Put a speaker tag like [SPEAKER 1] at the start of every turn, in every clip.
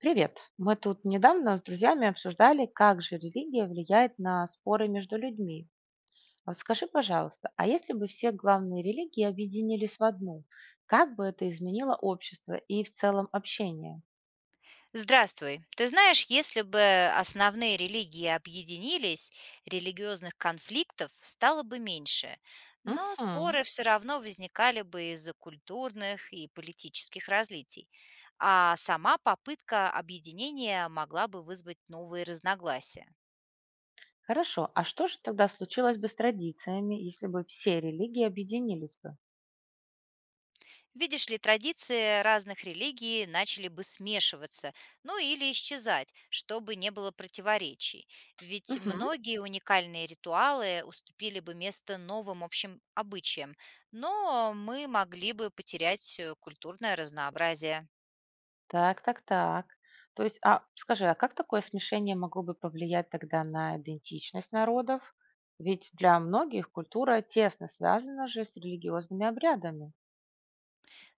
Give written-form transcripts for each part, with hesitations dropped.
[SPEAKER 1] Привет. Мы тут недавно с друзьями обсуждали, как же религия влияет на споры между людьми. Скажи, пожалуйста, а если бы все главные религии объединились в одну, как бы это изменило общество и в целом общение?
[SPEAKER 2] Здравствуй. Ты знаешь, если бы основные религии объединились, религиозных конфликтов стало бы меньше, но
[SPEAKER 1] Мгм.
[SPEAKER 2] споры все равно возникали бы из-за культурных и политических разлитий, а сама попытка объединения могла бы вызвать новые разногласия.
[SPEAKER 1] Хорошо. А что же тогда случилось бы с традициями, если бы все религии объединились бы?
[SPEAKER 2] Видишь ли, традиции разных религий начали бы смешиваться, ну или исчезать, чтобы не было противоречий. Ведь
[SPEAKER 1] Мгм.
[SPEAKER 2] многие уникальные ритуалы уступили бы место новым общим обычаям, но мы могли бы потерять культурное разнообразие.
[SPEAKER 1] Так, так, так. То есть, а скажи, а как такое смешение могло бы повлиять тогда на идентичность народов? Ведь для многих культура тесно связана же с религиозными обрядами.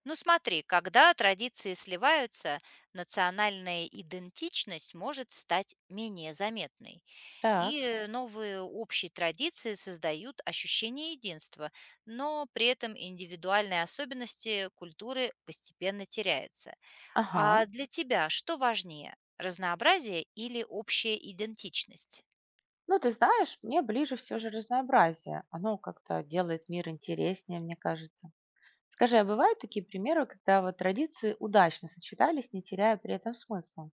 [SPEAKER 2] Ну смотри, когда традиции сливаются, национальная идентичность может стать менее заметной.
[SPEAKER 1] Так,
[SPEAKER 2] Новые общие традиции создают ощущение единства, но при этом индивидуальные особенности культуры постепенно теряются.
[SPEAKER 1] ага.
[SPEAKER 2] А для тебя что важнее, разнообразие или общая идентичность?
[SPEAKER 1] Ну, ты знаешь, мне ближе все же разнообразие. Оно как-то делает мир интереснее, мне кажется. Скажи, а бывают такие примеры, когда вот традиции удачно сочетались, не теряя при этом смысла?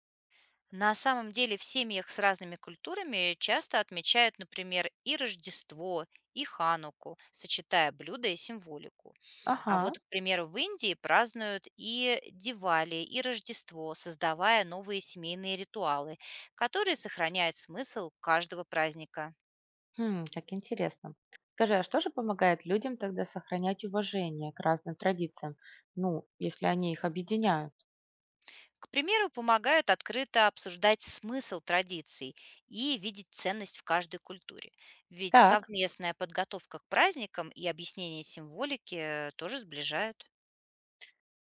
[SPEAKER 2] На самом деле в семьях с разными культурами часто отмечают, например, и Рождество, и Хануку, сочетая блюда и символику. А
[SPEAKER 1] Ага.
[SPEAKER 2] вот, к примеру, в Индии празднуют и Дивали, и Рождество, создавая новые семейные ритуалы, которые сохраняют смысл каждого праздника.
[SPEAKER 1] Хм, как интересно. Скажи, а что же помогает людям тогда сохранять уважение к разным традициям? Ну, если они их объединяют.
[SPEAKER 2] К примеру, помогают открыто обсуждать смысл традиций и видеть ценность в каждой культуре. Ведь
[SPEAKER 1] Так,
[SPEAKER 2] совместная подготовка к праздникам и объяснение символики тоже сближают.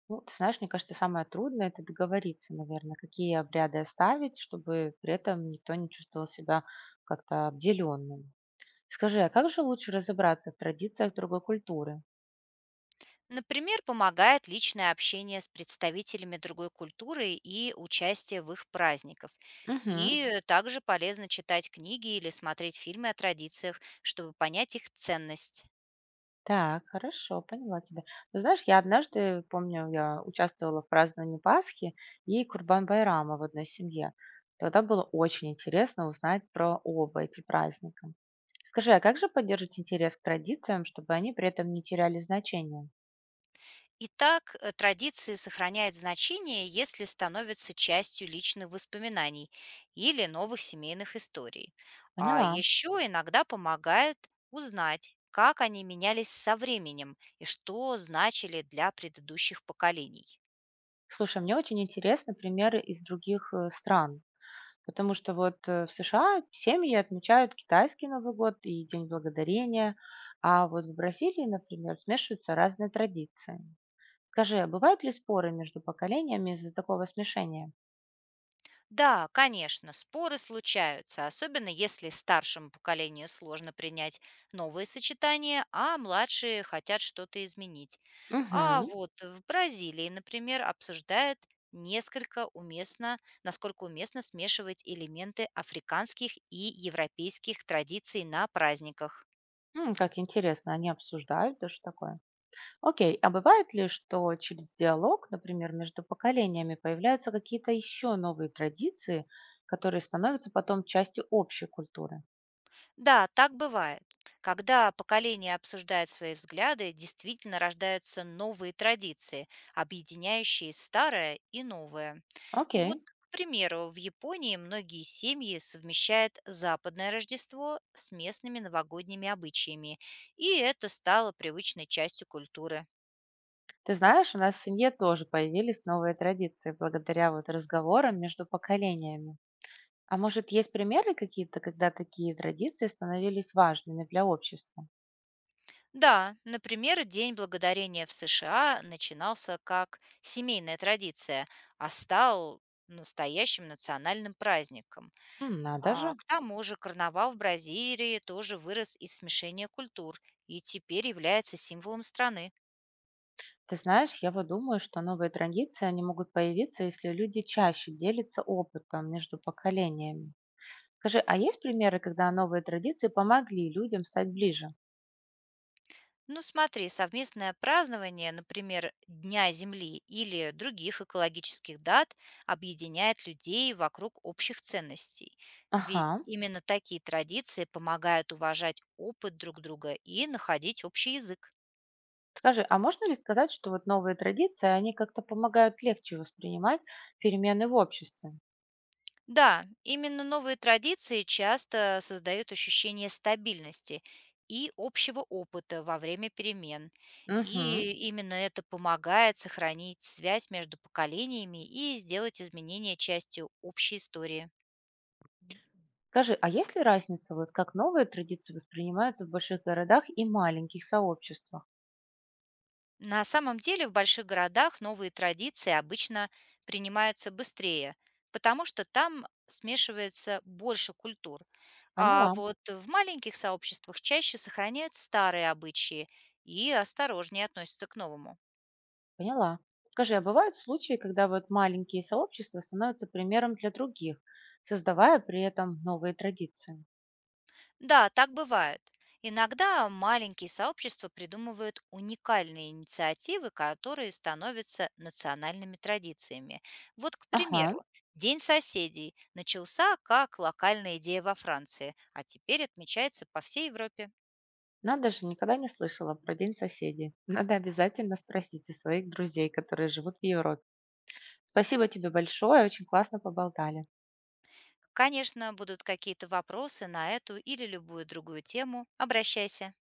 [SPEAKER 1] ну, ты знаешь, мне кажется, самое трудное– это договориться, наверное, какие обряды оставить, чтобы при этом никто не чувствовал себя как-то обделенным. Скажи, а как же лучше разобраться в традициях другой культуры?
[SPEAKER 2] Например, помогает личное общение с представителями другой культуры и участие в их праздниках.
[SPEAKER 1] Мгм.
[SPEAKER 2] Также полезно читать книги или смотреть фильмы о традициях, чтобы понять их ценность.
[SPEAKER 1] Так, хорошо, поняла тебя. Ты знаешь, я однажды, помню, я участвовала в праздновании Пасхи и Курбан-Байрама в одной семье. Тогда было очень интересно узнать про оба эти праздника. Скажи, а как же поддерживать интерес к традициям, чтобы они при этом не теряли значения?
[SPEAKER 2] Традиции сохраняют значение, если становятся частью личных воспоминаний или новых семейных историй. А
[SPEAKER 1] Поняла.
[SPEAKER 2] еще иногда помогает узнать, как они менялись со временем и что значили для предыдущих поколений.
[SPEAKER 1] Слушай, мне очень интересны примеры из других стран, потому что вот в США семьи отмечают китайский Новый год и День Благодарения, а вот в Бразилии, например, смешиваются разные традиции. Скажи, а бывают ли споры между поколениями из-за такого смешения?
[SPEAKER 2] Да, конечно, споры случаются, особенно если старшему поколению сложно принять новые сочетания, а младшие хотят что-то изменить. А
[SPEAKER 1] Угу.
[SPEAKER 2] вот в Бразилии, например, обсуждают несколько уместно, насколько уместно смешивать элементы африканских и европейских традиций на праздниках.
[SPEAKER 1] М, как интересно, они обсуждают даже такое. Окей, а бывает ли, что через диалог, например, между поколениями появляются какие-то еще новые традиции, которые становятся потом частью общей культуры?
[SPEAKER 2] Да, так бывает. Когда поколение обсуждает свои взгляды, действительно рождаются новые традиции, объединяющие старое и новое. Вот,
[SPEAKER 1] Окей.
[SPEAKER 2] к примеру, в Японии многие семьи совмещают западное Рождество с местными новогодними обычаями, и это стало привычной частью культуры.
[SPEAKER 1] Ты знаешь, у нас в семье тоже появились новые традиции благодаря вот разговорам между поколениями. А может, есть примеры какие-то, когда такие традиции становились важными для общества?
[SPEAKER 2] Да, например, День благодарения в США начинался как семейная традиция, а стал настоящим национальным праздником.
[SPEAKER 1] М, надо
[SPEAKER 2] А
[SPEAKER 1] же.
[SPEAKER 2] к тому же карнавал в Бразилии тоже вырос из смешения культур и теперь является символом страны.
[SPEAKER 1] Ты знаешь, я вот думаю, что новые традиции, они могут появиться, если люди чаще делятся опытом между поколениями. Скажи, а есть примеры, когда новые традиции помогли людям стать ближе?
[SPEAKER 2] Ну смотри, совместное празднование, например, Дня Земли или других экологических дат объединяет людей вокруг общих ценностей. Ведь
[SPEAKER 1] Ага.
[SPEAKER 2] именно такие традиции помогают уважать опыт друг друга и находить общий язык.
[SPEAKER 1] Скажи, а можно ли сказать, что вот новые традиции, они как-то помогают легче воспринимать перемены в обществе?
[SPEAKER 2] Да, именно новые традиции часто создают ощущение стабильности и общего опыта во время перемен.
[SPEAKER 1] Угу.
[SPEAKER 2] И именно это помогает сохранить связь между поколениями и сделать изменения частью общей истории.
[SPEAKER 1] Скажи, а есть ли разница, вот как новые традиции воспринимаются в больших городах и маленьких сообществах?
[SPEAKER 2] На самом деле в больших городах новые традиции обычно принимаются быстрее, потому что там смешивается больше культур. А
[SPEAKER 1] Поняла.
[SPEAKER 2] вот в маленьких сообществах чаще сохраняют старые обычаи и осторожнее относятся к новому.
[SPEAKER 1] Поняла. Скажи, а бывают случаи, когда вот маленькие сообщества становятся примером для других, создавая при этом новые традиции?
[SPEAKER 2] Да, так бывает. Иногда маленькие сообщества придумывают уникальные инициативы, которые становятся национальными традициями. Вот, к
[SPEAKER 1] Ага,
[SPEAKER 2] примеру, День соседей начался как локальная идея во Франции, а теперь отмечается по всей Европе.
[SPEAKER 1] надо же, никогда не слышала про День соседей. Надо обязательно спросить у своих друзей, которые живут в Европе. Спасибо тебе большое, очень классно поболтали.
[SPEAKER 2] Конечно, будут какие-то вопросы на эту или любую другую тему. Обращайся.